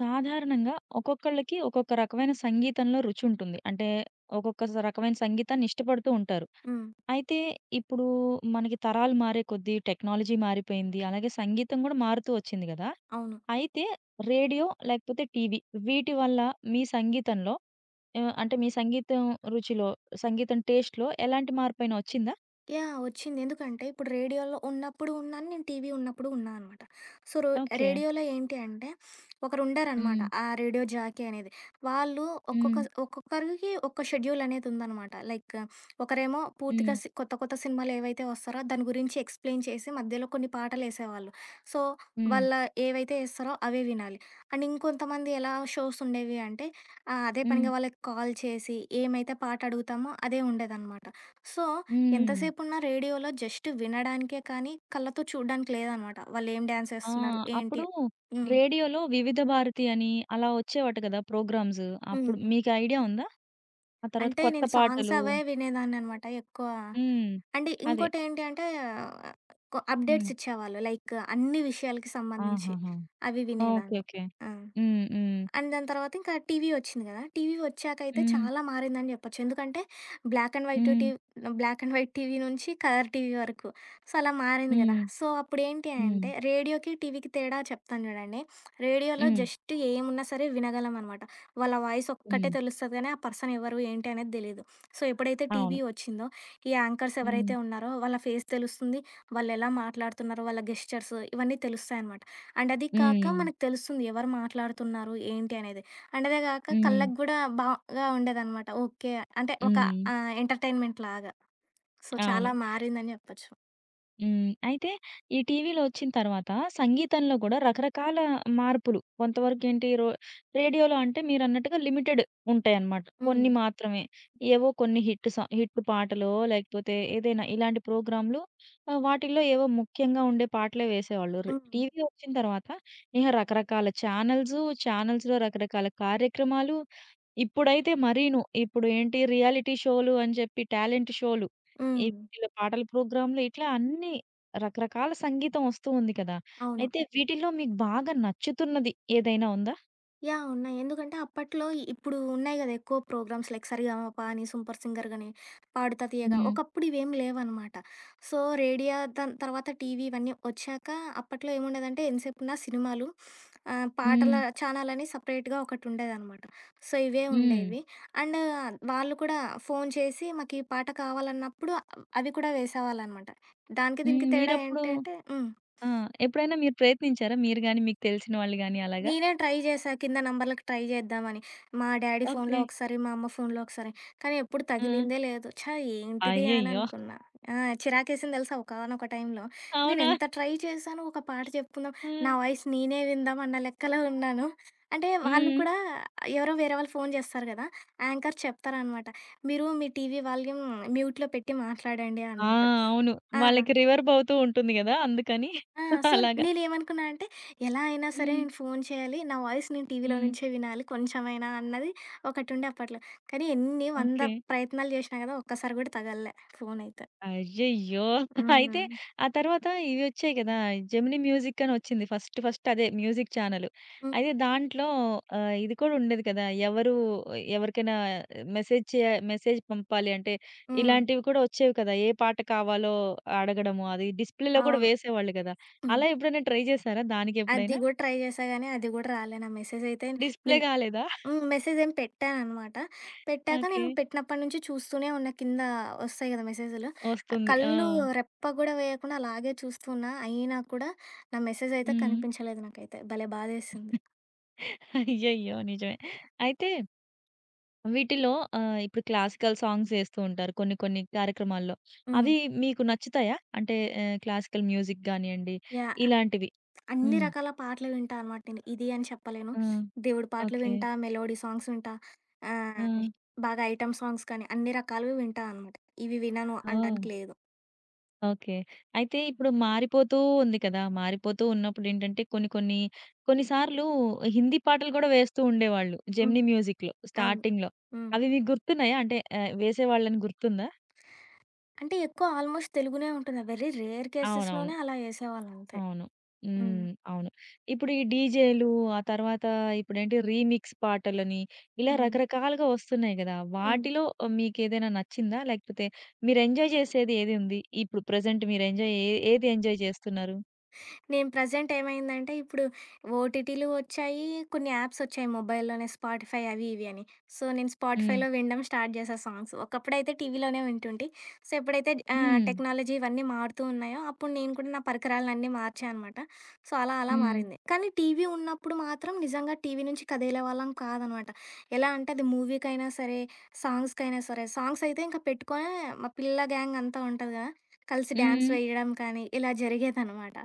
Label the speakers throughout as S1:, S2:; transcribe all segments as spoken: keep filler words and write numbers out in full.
S1: సాధారణంగా ఒక్కొక్కళ్ళకి ఒక్కొక్క రకమైన సంగీతంలో రుచుంటుంది. అంటే ఒక్కొక్క స రకమైన సంగీతాన్ని ఇష్టపడుతూ ఉంటారు.
S2: హ్మ్.
S1: అయితే ఇప్పుడు మనకి తరాలు మారే కొద్దీ టెక్నాలజీ మారిపోయింది. అలాగే సంగీతం గూడా మారుతూ వచ్చింది గదా!
S2: అవును.
S1: అయితే రేడియో లేకపోతే టీవీ వీటి వల్ల మీ సంగీతంలో, ఆహ్, అంటే మీ సంగీతం రుచిలో, సంగీతం టేస్ట్‌లో ఎలాంటి మార్పైనా వచ్చిందా?
S2: యాహ్! వచ్చింది. ఎందుకంటే ఇప్పుడు రేడియోలో ఉన్నప్పుడు ఉన్నాను. నేను టీవీ ఉన్నప్పుడు ఉన్నా అనమాట. సో, రో
S1: ఓకే.
S2: రేడియోలో ఏంటి అంటే ఒకరుండారనమాట.
S1: హ్మ్.
S2: ఆ రేడియో జాకీ అనేది. వాళ్ళు ఒక్కొక్క
S1: హ్మ్.
S2: ఒక్కొక్కరికి ఒక్క షెడ్యూల్ అనేది ఉందనమాట. లైక్ ఒకరేమో పూర్తిగా
S1: హ్మ్.
S2: సి కొత్త కొత్త సినిమాలు ఏవైతే వస్తారో దాని గురించి ఎక్స్‌ప్లెయిన్ చేసి మధ్యలో కొన్ని పాటలేసేవాళ్ళు. సో,
S1: హ్మ్.
S2: వాళ్ళ ఏవైతే ఏస్తారో అవే వినాలి. అండ్ ఇంకొంతమంది ఎలా షోస్ ఉండేవి అంటే ఆహ్, అదే
S1: హ్మ్.
S2: పనిగా వాళ్ళకి కాల్ చేసి ఏమైతే పాట అడుగుతామో అదే ఉండేదనమాట. సో,
S1: హ్మ్.
S2: ఎంతసేపున్నా రేడియోలో జస్ట్ వినడానికే కానీ, కళ్ళతో చూడడానికి లేదనమాట. వాళ్ళేం డాన్స్
S1: ఆ!
S2: ఏస్తున్నారు? ఏంటి?
S1: అప్పుడు
S2: హ్మ్.
S1: రేడియోలో 'వివిధ భారతి' అని అలా వచ్చేవట కదా! ప్రోగ్రామ్స్.
S2: హ్మ్.
S1: అప్పుడు
S2: హ్మ్.
S1: మీకు ఐడియా ఉందా? ఆ తర్వాత
S2: అంటే
S1: కొత్త
S2: నేను సాంగ్స్
S1: పాటలు.
S2: అవే వినేదాన్ననమాట ఎక్కువ.
S1: హ్మ్.
S2: అంటే
S1: అదే.
S2: ఇంకోటేంటి అంటే ఆహ్, కొ
S1: హ్మ్.
S2: అప్‌డేట్స్ ఇచ్చేవాళ్ళు. లైక్ అన్ని విషయాలకి సంబంధించి.
S1: ఆహాహా!
S2: అవి
S1: ఓకే.
S2: వినేదాన్ని.
S1: ఓకే.
S2: ఆ!
S1: హ్మ్. హ్మ్.
S2: అండ్ దాని తర్వాత ఇంకా టీవీ వచ్చింది కదా! టీవీ వచ్చాకైతే
S1: హ్మ్.
S2: చాలా మారిందని చెప్పొచ్చు. ఎందుకంటే బ్లాక్ అండ్ వైట్
S1: హ్మ్.
S2: టీవ్ బ్లాక్ అండ్ వైట్ టీవీ నుంచి కలర్ టీవీ వరకు. సో, అలా మారింది కదా!
S1: హ్మ్.
S2: సో, అప్పుడేంటి
S1: హ్మ్.
S2: అంటే రేడియోకి, టీవీకి తేడా చెప్తాను చూడండి. రేడియోలో
S1: హ్మ్.
S2: జస్ట్ ఏమున్నా సరే వినగలమనమాట. వాళ్ళ వాయిస్ ఒక్కటే
S1: హ్మ్.
S2: తెలుస్తది గానీ, ఆ పర్సన్ ఎవరు, ఏంటి అనేది తెలీదు. సో, ఎప్పుడైతే
S1: అవును.
S2: టీవీ వచ్చిందో ఈ యాంకర్స్
S1: హ్మ్.
S2: ఎవరైతే ఉన్నారో వాళ్ళ ఫేస్ తెలుస్తుంది. వాళ్ళెలా మాట్లాడుతున్నారో, వాళ్ళ గెస్చర్స్ ఇవన్నీ తెలుస్తాయనమాట. అండ్ అది కాక
S1: హ్మ్.
S2: మనకు తెలుస్తుంది ఎవరు మాట్లాడుతున్నారు ఏంటి అనేది. అండ్ అదే కాక
S1: హ్మ్.
S2: కళ్ళకి గూడా బాగా ఉండేదనమాట. ఓకే. అంటే ఒక
S1: హ్మ్.
S2: ఆహ్, ఎంటర్‌టైన్‌మెంట్ లాగా. సో,
S1: అవును.
S2: చాలా మారిందని చెప్పొచ్చు.
S1: హ్మ్. అయితే ఈ టీవీలో వచ్చిన తర్వాత సంగీతంలో గూడా రకరకాల మార్పులు కొంతవరకేంటి రో రేడియోలో అంటే మీరన్నట్టుగా లిమిటెడ్ ఉంటాయన్నమాట.
S2: హ్మ్.
S1: కొన్ని మాత్రమే. ఏవో కొన్ని హిట్ సా హిట్ పాటలో లేకపోతే ఏదైనా ఇలాంటి ప్రోగ్రామ్‌లు, ఆహ్, వాటిల్లో ఏవో ముఖ్యంగా ఉండే పాటలే వేసేవాళ్ళు. ర్
S2: హ్మ్.
S1: టీవీ వచ్చిన తర్వాత ఇహ రకరకాల ఛానల్సు, ఛానల్స్‌లో రకరకాల కార్యక్రమాలు, ఇప్పుడైతే మరీను. ఇప్పుడు ఏంటి రియాలిటీ షోలు అని చెప్పి, టాలెంట్ షోలు, ఈ
S2: హ్మ్.
S1: వీటిలో పాటల ప్రోగ్రామ్‌లు ఇట్లా అన్నీ రకరకాల సంగీతం వస్తూ ఉంది కదా!
S2: అవును.
S1: అయితే వీటిల్లో మీకు బాగా నచ్చుతున్నది ఏదైనా ఉందా?
S2: యాహ్! ఉన్నాయి. ఎందుకంటే అప్పట్లో ఇ- ఇప్పుడు ఉన్నాయి గదా! ఎక్కువ ప్రోగ్రామ్స్ లైక్ సరిగమప అని, సూపర్ సింగర్ గాని, పాడుతా తీయగా
S1: హ్మ్.
S2: ఒకప్పుడు ఇవేమి లేవనమాట. సో, రేడియో దాని తర్వాత టీవీ ఇవన్నీ వచ్చాక అప్పట్లో ఏముండేదంటే ఎంతసేపున్న సినిమాలు ఆహ్,
S1: హ్మ్.
S2: పాటల ఛానల్ అని సెపరేట్‌గా ఒకటుండేదనమాట. సో, ఇవే
S1: హ్మ్.
S2: ఉండేవి. అండ్ వాళ్ళు కూడా ఫోను చేసి మాకీ పాట కావాలన్నప్పుడు అవి కూడా వేసేవాళ్ళనమాట. దానికి
S1: హ్మ్.
S2: దీనికి తేడా
S1: మీరప్పుడు
S2: ఏంటి అంటే హ్మ్.
S1: ఆ! ఎప్పుడైనా మీరు ప్రయత్నించారా? మీరు గాని, మీకు తెలిసిన వాళ్ళు గాని అలాగా?
S2: నేనే ట్రై చేశా. కింద నంబర్‌లకి ట్రై చేద్దామని. మా డ్యాడీ ఫోన్‌లో
S1: ఓకే.
S2: ఒకసారి, మా అమ్మ ఫోన్‌లో ఒకసారి. కానీ ఎప్పుడు
S1: ఆ!
S2: తగిలిందే లేదు. ఛ! ఏంటిది అని
S1: అయ్యయ్యో!
S2: అనుకున్నా. ఆ! చిరాకేసింది తెలుసా ఒకానొక టైంలో. నేను
S1: అవునా?
S2: ఎంత ట్రై చేశాను ఒక పాట చెప్పుకుందాం,
S1: ఆ!
S2: నా వాయిస్ నేనే విందాం అన్న లెక్కలో ఉన్నాను. అంటే వాళ్ళు
S1: హ్మ్.
S2: కూడా ఎవరో వేరే వాళ్ళు ఫోన్ చేస్తారు కదా! యాంకర్ చెప్తారనమాట. మీరు మీ టీవీ వాల్యూమ్ మ్యూట్‌లో పెట్టి మాట్లాడండి
S1: ఆ!
S2: అన్నారు.
S1: అవును.
S2: ఆ!
S1: వాళ్ళకి రివర్బ్ అవుతూ ఉంటుంది గదా! అందుకని
S2: ఆ! సో,
S1: అలాగా.
S2: నేనేమనుకున్నా అంటే, ఎలా అయినా సరే
S1: హ్మ్.
S2: నేను ఫోను చేయాలి. నా వాయిస్ నేను టీవీలో
S1: హ్మ్.
S2: నుంచే వినాలి కొంచెమైనా అన్నది ఒకటుండే అప్పట్లో. కానీ ఎన్ని వంద
S1: ఓకే.
S2: ప్రయత్నాలు చేసినా కదా! ఒక్కసారి కూడా తగలలే ఫోనయితే.
S1: అయ్యయ్యో!
S2: హ్మ్.
S1: అయితే ఆ తర్వాత ఇవి వచ్చాయి కదా! జెమినీ మ్యూజిక్ అని వచ్చింది. ఫస్ట్ ఫస్ట్ అదే మ్యూజిక్ ఛానెల్.
S2: హ్మ్.
S1: అయితే దాంట్లో ఆహ్, ఇది కూడా ఉండేది కదా! ఎవరు ఎవరికైనా మెసేజ్ చే మెసేజ్ పంపాలి అంటే
S2: హ్మ్.
S1: ఇలాంటివి కూడా వచ్చేవి కదా! ఏ పాట కావాలో అడగడము అది డిస్‌ప్లేలో కూడా
S2: అవును.
S1: వేసేవాళ్ళు కదా!
S2: హ్మ్.
S1: అలా ఎప్పుడైనా ట్రై చేశారా
S2: అది
S1: దానికెప్పుడైనా?
S2: గూడా ట్రై చేశా గానీ, అది గూడా రాలే. నా మెసేజయితే
S1: డిస్‌ప్లే
S2: నేను
S1: కాలేదా?
S2: హ్మ్. మెసేజేం పెట్టాననమాట. పెట్టాక
S1: ఓకే.
S2: నేను పెట్టినప్పటి నుంచి చూస్తూనే ఉన్నా కింద ఒస్తాయి గదా! మెసేజులు. ఆహ్,
S1: వస్తుంది. ఆ!
S2: కళ్ళు రెప్ప గూడా వేయకుండా అలాగే చూస్తున్నా. అయినా కూడా నా మెసేజయితే
S1: హ్మ్.
S2: కనిపించలేదు నాకైతే. భలే బాధేసింది.
S1: అయ్యయ్యో! నిజమే. అయితే వీటిలో ఆహ్, ఇప్పుడు క్లాసికల్ సాంగ్స్ ఏస్తూ ఉంటారు కొన్ని కొన్ని కార్యక్రమాల్లో.
S2: హ్మ్.
S1: అవి మీకు నచ్చుతాయా? అంటే ఆహ్, క్లాసికల్ మ్యూజిక్ గానియండి,
S2: యాహ్!
S1: ఇలాంటివి.
S2: అన్ని
S1: హ్మ్.
S2: రకాల పాటలు వింటా అనమాట నేను. ఇది అని చెప్పలేను.
S1: ఆ!
S2: దేవుడి పాటలు
S1: ఓకే.
S2: వింటా, మెలోడీ సాంగ్స్ వింటా,
S1: ఆ!
S2: ఆహ్, బాగా ఐటెమ్ సాంగ్స్ కానీ అన్ని రకాలువి వింటా అనమాట. ఇవి వినను
S1: ఓహ్!
S2: అనడానికి లేదు.
S1: ఓకే. అయితే ఇప్పుడు మారిపోతూ ఉంది కదా! మారిపోతూ ఉన్నప్పుడేంటంటే కొన్ని కొన్ని కొన్ని సార్లు హిందీ పాటలు గూడా వేస్తూ ఉండేవాళ్ళు.
S2: హ్మ్.
S1: జెమినీ మ్యూజిక్‌లో
S2: అవును.
S1: స్టార్టింగ్‌లో.
S2: హ్మ్.
S1: అవి మీకు గుర్తున్నాయా? అంటే ఆహ్, వేసేవాళ్ళని గుర్తుందా?
S2: అంటే ఎక్కువ ఆల్మోస్ట్ తెలుగునే ఉంటుందా? వెరీ రేర్
S1: అవునవును.
S2: కేసెస్‌లోనే అలా ఏసేవాళ్ళంతే.
S1: అవును.
S2: హ్మ్.
S1: హ్మ్. అవును. ఇప్పుడు ఈ డీజేలు, ఆ తర్వాత ఇప్పుడేంటి రీమిక్స్ పాటలని, ఇలా రకరకాలుగా వస్తున్నాయి గదా!
S2: హ్మ్.
S1: వాటిలో మీకేదైనా నచ్చిందా? లేకపోతే మీరు ఎంజాయ్ చేసేది ఏది ఉంది? ఇప్పుడు ప్రెజెంట్ మీరు ఎంజాయ్ ఏ ఏది ఎంజాయ్ చేస్తున్నారు?
S2: నేను ప్రెజెంట్ ఏమైందంటే ఇప్పుడు ఓటీటీలు వచ్చాయి. కొన్ని యాప్స్ వచ్చాయి మొబైల్‌లోనే స్పాటిఫై అవి ఇవి అని. సో, నేను
S1: హ్మ్.
S2: స్పాటిఫైలో వినడం స్టార్ట్ చేశా సాంగ్స్. ఒకప్పుడైతే టీవీలోనే వింటుంటి. సో, ఎప్పుడైతే ఆహ్,
S1: హ్మ్.
S2: టెక్నాలజీ ఇవన్నీ మారుతూ ఉన్నాయో అప్పుడు నేను కూడా నా పరికరాలన్నీ మార్చా అనమాట. సో, అలా అలా
S1: హ్మ్.
S2: మారింది. కానీ టీవీ ఉన్నప్పుడు మాత్రం నిజంగా టీవీ నుంచి కదిలే వాళ్ళం కాదనమాట. ఎలా అంటే అది మూవీకైనా సరే, సాంగ్స్‌కైనా సరే, సాంగ్స్ అయితే ఇంకా పెట్టుకొనే మా పిల్ల గ్యాంగ్ అంతా ఉంటది కదా! కలిసి డాన్స్
S1: హ్మ్.
S2: వేయడం కానీ ఇలా జరిగేదనమాట.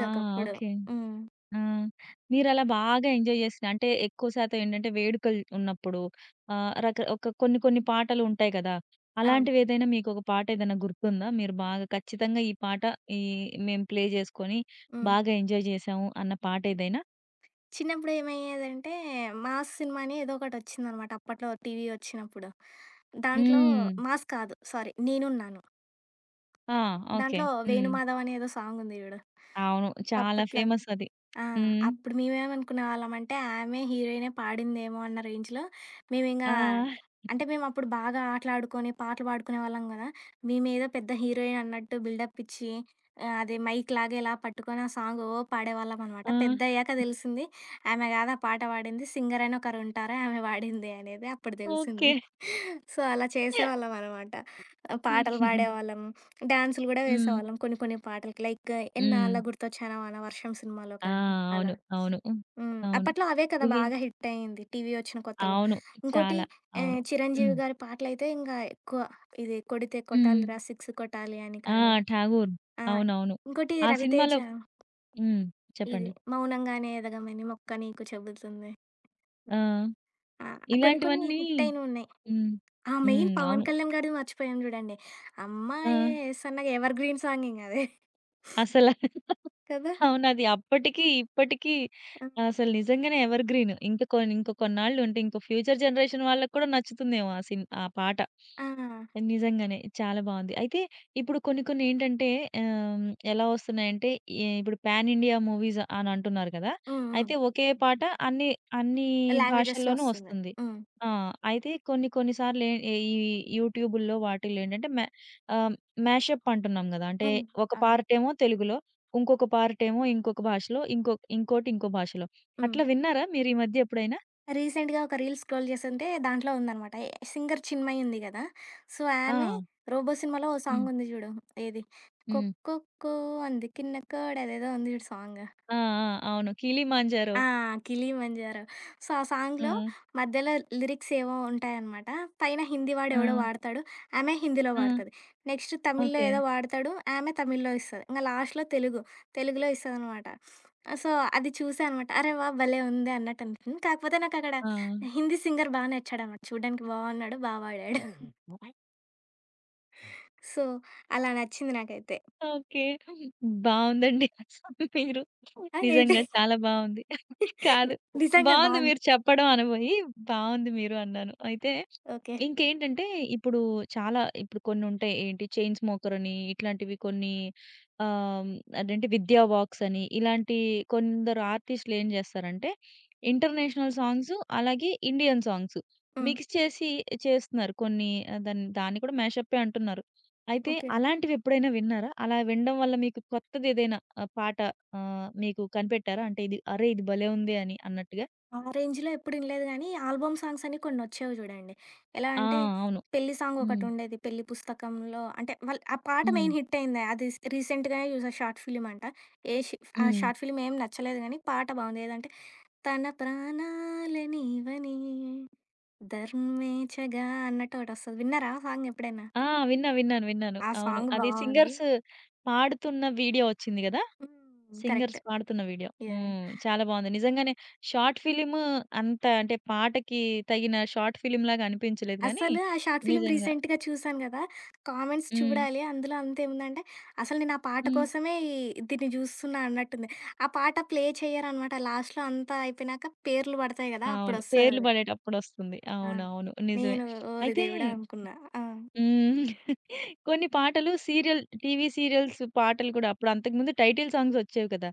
S1: ఆ!
S2: ఒకప్పుడు.
S1: ఓకే.
S2: హ్మ్.
S1: ఆ! మీరలా బాగా ఎంజాయ్ చేసిన అంటే ఎక్కువ శాతం ఏంటంటే వేడుకలు ఉన్నప్పుడు ఆహ్, రక ఒక కొన్ని కొన్ని పాటలు ఉంటాయి కదా!
S2: అవును.
S1: అలాంటివేదైనా మీకొక పాట ఏదైనా గుర్తుందా? మీరు బాగా ఖచ్చితంగా ఈ పాట ఈ మేము ప్లే చేసుకొని
S2: హ్మ్.
S1: బాగా ఎంజాయ్ చేశాము అన్న పాట ఏదైనా?
S2: చిన్నప్పుడు ఏమయ్యేదంటే 'మాస్' సినిమా అని ఏదో ఒకటొచ్చిందనమాట అప్పట్లో టీవీ వచ్చినప్పుడు. దాంట్లో
S1: హ్మ్.
S2: 'మాస్' కాదు సారీ 'నేనున్నాను.'
S1: ఆ! ఓకే.
S2: దాంట్లో
S1: హ్మ్.
S2: 'వేణుమాధవ్' అని ఏదో సాంగ్ ఉంది చూడు.
S1: అవును. చాలా
S2: అప్పట్లో
S1: ఫేమస్ అది.
S2: ఆ!
S1: హ్మ్.
S2: అప్పుడు మేమేమనుకునేవాళ్ళమంటే, ఆమె హీరోయినే పాడిందేమో అన్న రేంజ్‌లో మేమింగా
S1: ఆ!
S2: అంటే, మేమప్పుడు బాగా ఆటలాడుకొని, పాటలు పాడుకునేవాళ్ళం గదా! మేమేదో పెద్ద హీరోయిన్ అన్నట్టు బిల్డప్ ఇచ్చి, ఆహ్, అది మైక్ లాగా ఇలా పట్టుకొని ఆ సాంగ్ ఓ పాడేవాళ్ళమనమాట.
S1: ఆ!
S2: పెద్దయ్యాక తెలిసింది, ఆమె గాదు ఆ పాట పాడింది, సింగర్ అని ఒకరుంటారు, ఆమె పాడింది అనేది అప్పుడు తెలిసింది.
S1: ఓకే.
S2: సో, అలా
S1: హ్మ్.
S2: చేసేవాళ్ళమనమాట. ఆహ్, పాటలు పాడేవాళ్ళం. డాన్సులు గూడా
S1: హ్మ్.
S2: వేసేవాళ్ళం కొన్ని కొన్ని పాటలకి. లైక్
S1: హ్మ్.
S2: 'ఎన్నాళ్ళ గుర్తొచ్చానవా' అన 'వర్షం' సినిమాలో
S1: ఆ!
S2: కానీ అలా.
S1: అవును. అవును. హ్మ్.
S2: హ్మ్.
S1: అవును.
S2: అప్పట్లో అవే కదా
S1: ఇవి
S2: బాగా హిట్ అయింది టీవీ వచ్చిన కొత్తలో.
S1: అవును.
S2: ఉమ్. ఇంకోటి
S1: చాలా. అవును.
S2: ఆహ్, చిరంజీవి
S1: హ్మ్.
S2: గారి పాటలైతే ఇంగా ఎక్కువ. ఇది 'కొడితే
S1: హ్మ్.
S2: కొట్టాలిరా సిక్స్ కొట్టాలి' అని
S1: ఆ!
S2: కానీ
S1: 'ఠాగూర్'.
S2: ఆ!
S1: అవునవును.
S2: ఇంకోటి
S1: ఆ
S2: 'రవితేజ'
S1: సినిమాలో. హ్మ్.
S2: ఇది
S1: చెప్పండి.
S2: 'మౌనంగానే ఎదగమని మొక్క నీకు చెబుతుంది.'
S1: ఆ!
S2: ఆ! కొన్ని కొన్ని
S1: ఇలాంటివన్నీ.
S2: హిట్ అయినున్నాయి.
S1: హ్మ్.
S2: ఆ! మెయిన్
S1: హ్మ్.
S2: పవన్
S1: అవును.
S2: కళ్యాణ్ గారిది మర్చిపోయాను జూడండి.
S1: ఆ!
S2: 'అమ్మాయే సన్నగా' ఎవర్ గ్రీన్ సాంగ్ ఇంగ అదే
S1: అసల
S2: కదా!
S1: అవును. అది అప్పటికి, ఇప్పటికి
S2: ఆ!
S1: అసలు నిజంగానే ఎవర్ గ్రీన్. ఇంక కొన్ని ఇంక కొన్నాళ్ళు ఉంటే ఇంక ఫ్యూచర్ జనరేషన్ వాళ్ళకి కూడా నచ్చుతుందేమో ఆ సిన్ ఆ పాట.
S2: ఆ!
S1: నిజంగానే చాలా బావుంది. అయితే ఇప్పుడు కొన్ని కొన్ని ఏంటంటే, ఆహ్, ఎలా వస్తున్నాయంటే ఎ ఇప్పుడు పాన్ ఇండియా మూవీస్ అని అంటున్నారు కదా!
S2: హ్మ్. హ్మ్.
S1: అయితే ఒకే పాట అన్ని అన్ని
S2: లాంగ్వేజెస్‌లో
S1: భాషల్లోనూ
S2: వస్తుంది.
S1: వస్తుంది.
S2: హ్మ్.
S1: ఆ! అయితే కొన్ని కొన్ని సార్లు ఏ ఈ యూట్యూబుల్లో వాటిల్లో ఏంటంటే మ్యా ఆహ్, మ్యాషప్ అంటున్నాం గదా! అంటే
S2: హ్మ్.
S1: ఒక
S2: అవును.
S1: పార్ట్ ఏమో తెలుగులో, ఇంకొక పార్టేమో ఇంకొక భాషలో, ఇంకొ ఇంకోటి ఇంకో భాషలో.
S2: హ్మ్.
S1: అట్లా విన్నారా మీరు ఈ మధ్య ఎప్పుడైనా?
S2: రీసెంట్‌గా ఒక రీల్ స్క్రోల్ చేస్తుంటే దాంట్లో ఉందనమాట. ఎ సింగర్ చిన్మయి ఉంది గదా! సో,
S1: ఆ!
S2: ఆమె 'రోబో' సినిమాలో ఓ
S1: హ్మ్.
S2: సాంగ్ ఉంది జూడు. ఏది
S1: హ్మ్.
S2: 'కొక్కొక్కో అంది కిన్న కోడ' అదేదో ఉంది జూడు సాంగ్.
S1: ఆ! ఆ! అవును. కిలిమాంజారో.
S2: ఆ! 'కిలిమంజారో.' సో, ఆ
S1: ఆ!
S2: సాంగ్‌లో మధ్యలో లిరిక్స్ ఏవో ఉంటాయనమాట. పైన హిందీ వాడెవడో
S1: ఆ!
S2: వాడతాడు. ఆమె హిందీలో
S1: ఆ!
S2: వాడతది. నెక్స్ట్ తమిళ్‌లో
S1: ఓకే.
S2: ఏదో వాడతాడు. ఆమె తమిళ్‌లో ఇస్తది. ఇంగ లాస్ట్‌లో తెలుగు. తెలుగులో ఇస్తదనమాట. సో, అది చూసా అనమాట. అరే వాహ్! భలే ఉంది అన్నట్టు అనిపించింది. కాకపోతే నాకక్కడ
S1: ఆ!
S2: హిందీ సింగర్ బా నచ్చాడనమాట. చూడ్డానికి బావున్నాడు. బా పాడాడు. సో, అలా నచ్చింది నాకైతే.
S1: ఓకే. బావుందండి. మీరు
S2: ఆ! ఏంటి?
S1: నిజంగా చాలా బావుంది. కాదు.
S2: నిజంగా
S1: బావుంది
S2: బావుంది.
S1: మీరు చెప్పడం అనబోయి, బావుంది మీరు అన్నాను. అయితే
S2: ఓకే.
S1: ఇంకేంటంటే, ఇప్పుడు చాలా ఇప్పుడు కొన్నుంటాయి. ఏంటి 'చైన్ స్మోకర్' అని, ఇట్లాంటివి కొన్ని, ఆహ్, అదేంటి 'విద్యా వాక్స్' అని, ఇలాంటి కొందరు ఆర్టిస్టులు ఏం జేస్తారంటే, ఇంటర్నేషనల్ సాంగ్స్, అలాగే ఇండియన్ సాంగ్స్
S2: హ్మ్.
S1: మిక్స్ చేసి చేస్తున్నారు. కొన్ని ఆహ్, దాన్ని దాన్ని కూడా మ్యాషప్పే అంటున్నారు. అయితే
S2: ఓకే.
S1: అలాంటివి ఎప్పుడైనా విన్నారా? అలా వినడం వల్ల మీకు కొత్తది ఏదైనా ఆహ్, పాట ఆహ్, మీకు కనిపెట్టారా? అంటే ఇది అరే! ఇది భలే ఉంది అని అన్నట్టుగా?
S2: ఆ రేంజ్‌లో ఎప్పుడు ఇనలేదు గానీ, ఆల్బమ్ సాంగ్స్ అని కొన్నొచ్చేవి చూడండి. ఎలా
S1: ఆ!
S2: అంటే,
S1: అవును.
S2: పెళ్లి సాంగ్
S1: హ్మ్.
S2: ఒకటుండేది. పెళ్లి పుస్తకంలో అంటే, వాళ్ళు ఆ పాట
S1: హ్మ్.
S2: మెయిన్ హిట్ అయింది. అది స్ రీసెంట్‌గానే చూసా షార్ట్ ఫిల్మ్ అంట. ఏ షి ఆ
S1: హ్మ్.
S2: షార్ట్ ఫిల్మ్ ఏం నచ్చలేదు గానీ, పాట బాగుంది. ఏదంటే, తన ప్రాణాలె నీవని ధర్మేచగా అన్నట్టు ఒకటొస్తది. విన్నారా ఆ సాంగ్ ఎప్పుడైనా?
S1: ఆ! విన్నా. విన్నాను. విన్నాను.
S2: ఆ
S1: అవును.
S2: సాంగ్
S1: అది
S2: బావుంది.
S1: సింగర్స్ పాడుతున్న వీడియో వచ్చింది గదా!
S2: హ్మ్. కరెక్ట్.
S1: సింగర్స్ పాడుతున్న వీడియో.
S2: యాహ్!
S1: హ్మ్. చాలా బావుంది. నిజంగానే షార్ట్ ఫిల్మ్ అంత అంటే పాటకి తగిన షార్ట్ ఫిల్మ్‌లాగా అనిపించలేదు గానీ,
S2: అసలు ఆ షార్ట్ ఫిల్మ్
S1: నిజంగా.
S2: రీసెంట్‌గా చూసాను గదా! కామెంట్స్
S1: హ్మ్.
S2: చూడాలి. అందులో అంతేముందంటే, "అసలు నేను ఆ పాట
S1: హ్మ్.
S2: కోసమే ఈ దీన్ని జూస్తున్నా" అన్నట్టుంది. ఆ పాట ప్లే చెయ్యరనమాట. లాస్ట్‌లో అంతా అయిపోయినాక పేర్లు పడతాయి గదా!
S1: అవును. పేర్లు
S2: అప్పుడొస్తదది.
S1: పడేటప్పుడొస్తుంది.
S2: ఆ!
S1: అవునవును. నిజమే.
S2: నేను ఓరి
S1: అయితే
S2: దేవుడా! అనుకున్నా. ఆ!
S1: హ్మ్. కొన్ని పాటలు సీరియల్ టీవీ సీరియల్స్ పాటలు కూడా అప్పుడు అంతకుముందు టైటిల్ సాంగ్స్ వచ్చేవి కదా!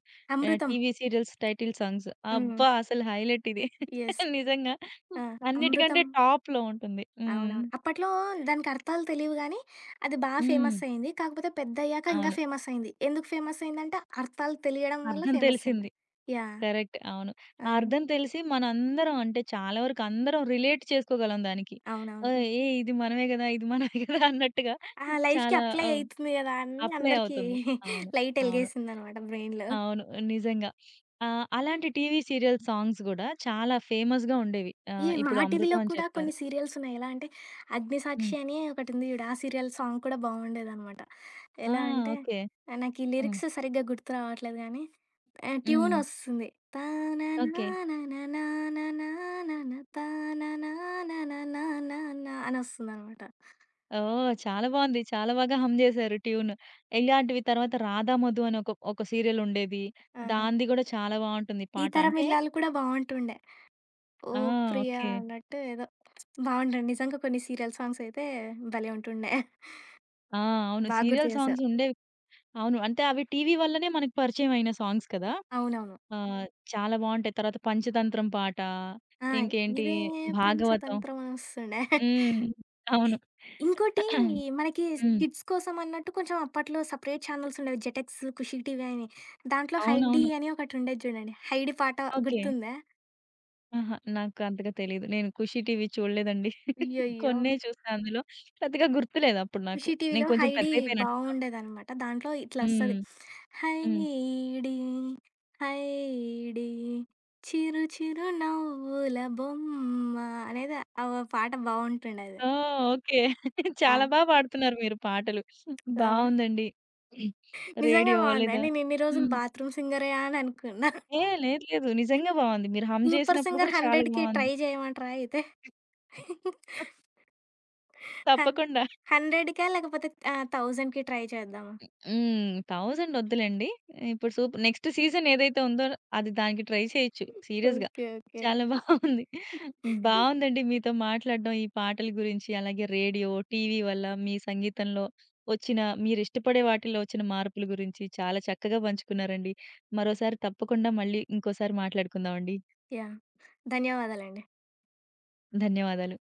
S1: ఆహ్,
S2: 'Amrutham.'
S1: TV serials title songs.
S2: హ్మ్.
S1: అబ్బా! అసలు హైలైట్ ఇది.
S2: యెస్.
S1: నిజంగా.
S2: ఆ!
S1: అన్నిటికంటే
S2: 'అమృతం.'
S1: టాప్‌లో ఉంటుంది. హ్మ్.
S2: అవునవును. అప్పట్లో దానికి అర్థాలు తెలీవు గానీ, అది బా
S1: హ్మ్.
S2: ఫేమస్ అయింది. కాకపోతే పెద్దయ్యాక ఇంకా
S1: అవును.
S2: ఫేమస్ అయింది. ఎందుకు ఫేమస్ అయిందంటే, అర్థాలు తెలియడం వల్ల
S1: అర్థం
S2: ఫేమస్ అయింది.
S1: తెలిసింది.
S2: యాహ్!
S1: కరెక్ట్. అవును. ఆ
S2: ఆ!
S1: అర్థం తెలిసి మనందరం అంటే చాలా వరకు అందరం రిలేట్ చేసుకోగలం దానికి. ఆహ్,
S2: అవునవును.
S1: ఏయ్! ఇది మనమే గదా! ఇది మనమే గదా! అన్నట్టుగా
S2: ఆహా! లైఫ్‌కి
S1: చాలా
S2: అప్లై
S1: ఆహ్,
S2: అయితుంది గదా! అని
S1: అప్లై
S2: అందరికీ
S1: అవుతుంది. అవును.
S2: లైట్
S1: అవును.
S2: ఎలిగేసిందనమాట బ్రెయిన్‌లో.
S1: అవును. నిజంగా. ఆహ్, అలాంటి టీవీ సీరియల్ సాంగ్స్ గూడా చాలా ఫేమస్‌గా ఉండేవి.
S2: ఈ
S1: ఆహ్,
S2: మా
S1: ఇప్పుడు
S2: టీవీలో
S1: 'అమృతం' అని
S2: కూడా
S1: చెప్పారు.
S2: కొన్ని సీరియల్స్ ఉన్నాయి. ఎలా అంటే
S1: హ్మ్.
S2: 'అగ్నిసాక్షి' అని ఒకటుంది జూడు. ఆ సీరియల్ సాంగ్ కూడా బావుండేదనమాట.
S1: ఆ!
S2: ఎలా అంటే
S1: ఓకే.
S2: ఆహ్, నాకీ
S1: హ్మ్.
S2: లిరిక్స్ సరిగ్గా గుర్తు రావట్లేదు గానీ ఆహ్, ట్యూన్
S1: హ్మ్.
S2: ఒస్తుంది.
S1: ఓకే.
S2: తాననానననాననానాన తాననాననానానానా అనొస్తుందనమాట.
S1: ఓహ్! చాలా బావుంది. చాలా బాగా హమ్ జేశారు ట్యూన్. ఇలాంటివి తర్వాత 'రాధా మధు' అని ఒక, ఒక సీరియల్ ఉండేది.
S2: ఆహా!
S1: దానిది గూడా చాలా బావుంటుంది
S2: 'ఈ
S1: పాట.
S2: తరం
S1: అంటే
S2: ఇల్లాలు' కూడా బావుంటుండే. ఓ
S1: ఆ!
S2: ప్రియా
S1: ఓకే.
S2: అన్నట్టు ఏదో బావుంటది. నిజంగా కొన్ని సీరియల్ సాంగ్స్ అయితే భలే ఉంటుండే.
S1: ఆ! అవును.
S2: బాగా గుర్తు
S1: సీరియల్ సాంగ్స్
S2: చేశావు.
S1: ఉండేవి. అవును. అంటే అవి టీవీ వల్లనే మనకు పరిచయం అయిన సాంగ్స్ కదా!
S2: అవునవును.
S1: ఆ! చాలా బావుంటాయి. తర్వాత 'పంచతంత్రం' పాట,
S2: ఆ!
S1: ఇంకేంటి
S2: ఇదే
S1: 'భాగవతం'.
S2: పంచతంత్రం అని వస్తుండే.
S1: హ్మ్. అవును.
S2: ఇంకోటి మనకి
S1: హ్మ్.
S2: కిడ్స్ కోసం అన్నట్టు కొంచెం అప్పట్లో సెపరేట్ ఛానెల్స్ ఉండేవి. జెటెక్స్, ఖుషి టీవీ అని. దాంట్లో 'హైడీ'
S1: అవునవును.
S2: అని ఒకటుండేది చూడండి. 'హైడీ' పాట
S1: ఓకే.
S2: గుర్తుందా?
S1: ఆహా! నాకు అంతగా తెలీదు. నేను 'ఖుషి టీవీ' చూడలేదండి.
S2: అయ్యయ్యో!
S1: కొన్నే చూసా అందులో. పెద్దగా గుర్తులేదు అప్పుడు నాకు.
S2: ఖుషి టీవీలో
S1: నేను కొంచెం
S2: 'హైడీ'
S1: పెద్దయిపోయినట్టున్నా అప్పటికి.
S2: బాగుండేదనమాట. దాంట్లో ఇట్లొస్తది.
S1: హ్మ్. హ్మ్.
S2: హైడీ హైడీ చిరు చిరు నవ్వుల బొమ్మ అనేది ఆ పాట బావుంటుండేది.
S1: ఆ! ఓకే.
S2: ఆ!
S1: చాలా బా పాడుతున్నారు మీరు పాటలు.
S2: ఆ!
S1: బావుందండి.
S2: నిజంగా
S1: రేడియో
S2: బావుంది.
S1: లేదా.
S2: నేనిన్ని రోజులు
S1: హ్మ్.
S2: బాత్రూమ్ సింగరే అని అనుకున్నా.
S1: ఏ లేదు లేదు. నిజంగా బావుంది. మీరు హమ్
S2: సూపర్
S1: చేసినప్పుడు
S2: సింగర్
S1: కూడా చాలా
S2: వందకి ట్రై
S1: బావుంది.
S2: చేయమంటారా అయితే?
S1: తప్పకుండా.
S2: హన్ వందకా లేకపోతే ఆహ్, వెయ్యికి ట్రై చేద్దామా?
S1: హ్మ్. వెయ్యి వద్దులెండి. ఇప్పుడు సూప్ నెక్స్ట్ సీజన్ ఏదైతే ఉందో అది దానికి ట్రై చేయొచ్చు సీరియస్‌గా.
S2: ఓకే. ఓకే.
S1: చాలా బావుంది. బావుందండి మీతో మాట్లాడడం ఈ పాటల గురించి, అలాగే రేడియో, టీవీ వల్ల మీ సంగీతంలో వచ్చిన మీరిష్టపడే వాటిలో వచ్చిన మార్పుల గురించి చాలా చక్కగా పంచుకున్నారండి. మరోసారి తప్పకుండా మళ్ళీ ఇంకోసారి మాట్లాడుకుందామండి.
S2: యాహ్! ధన్యవాదాలండి.
S1: ధన్యవాదాలు.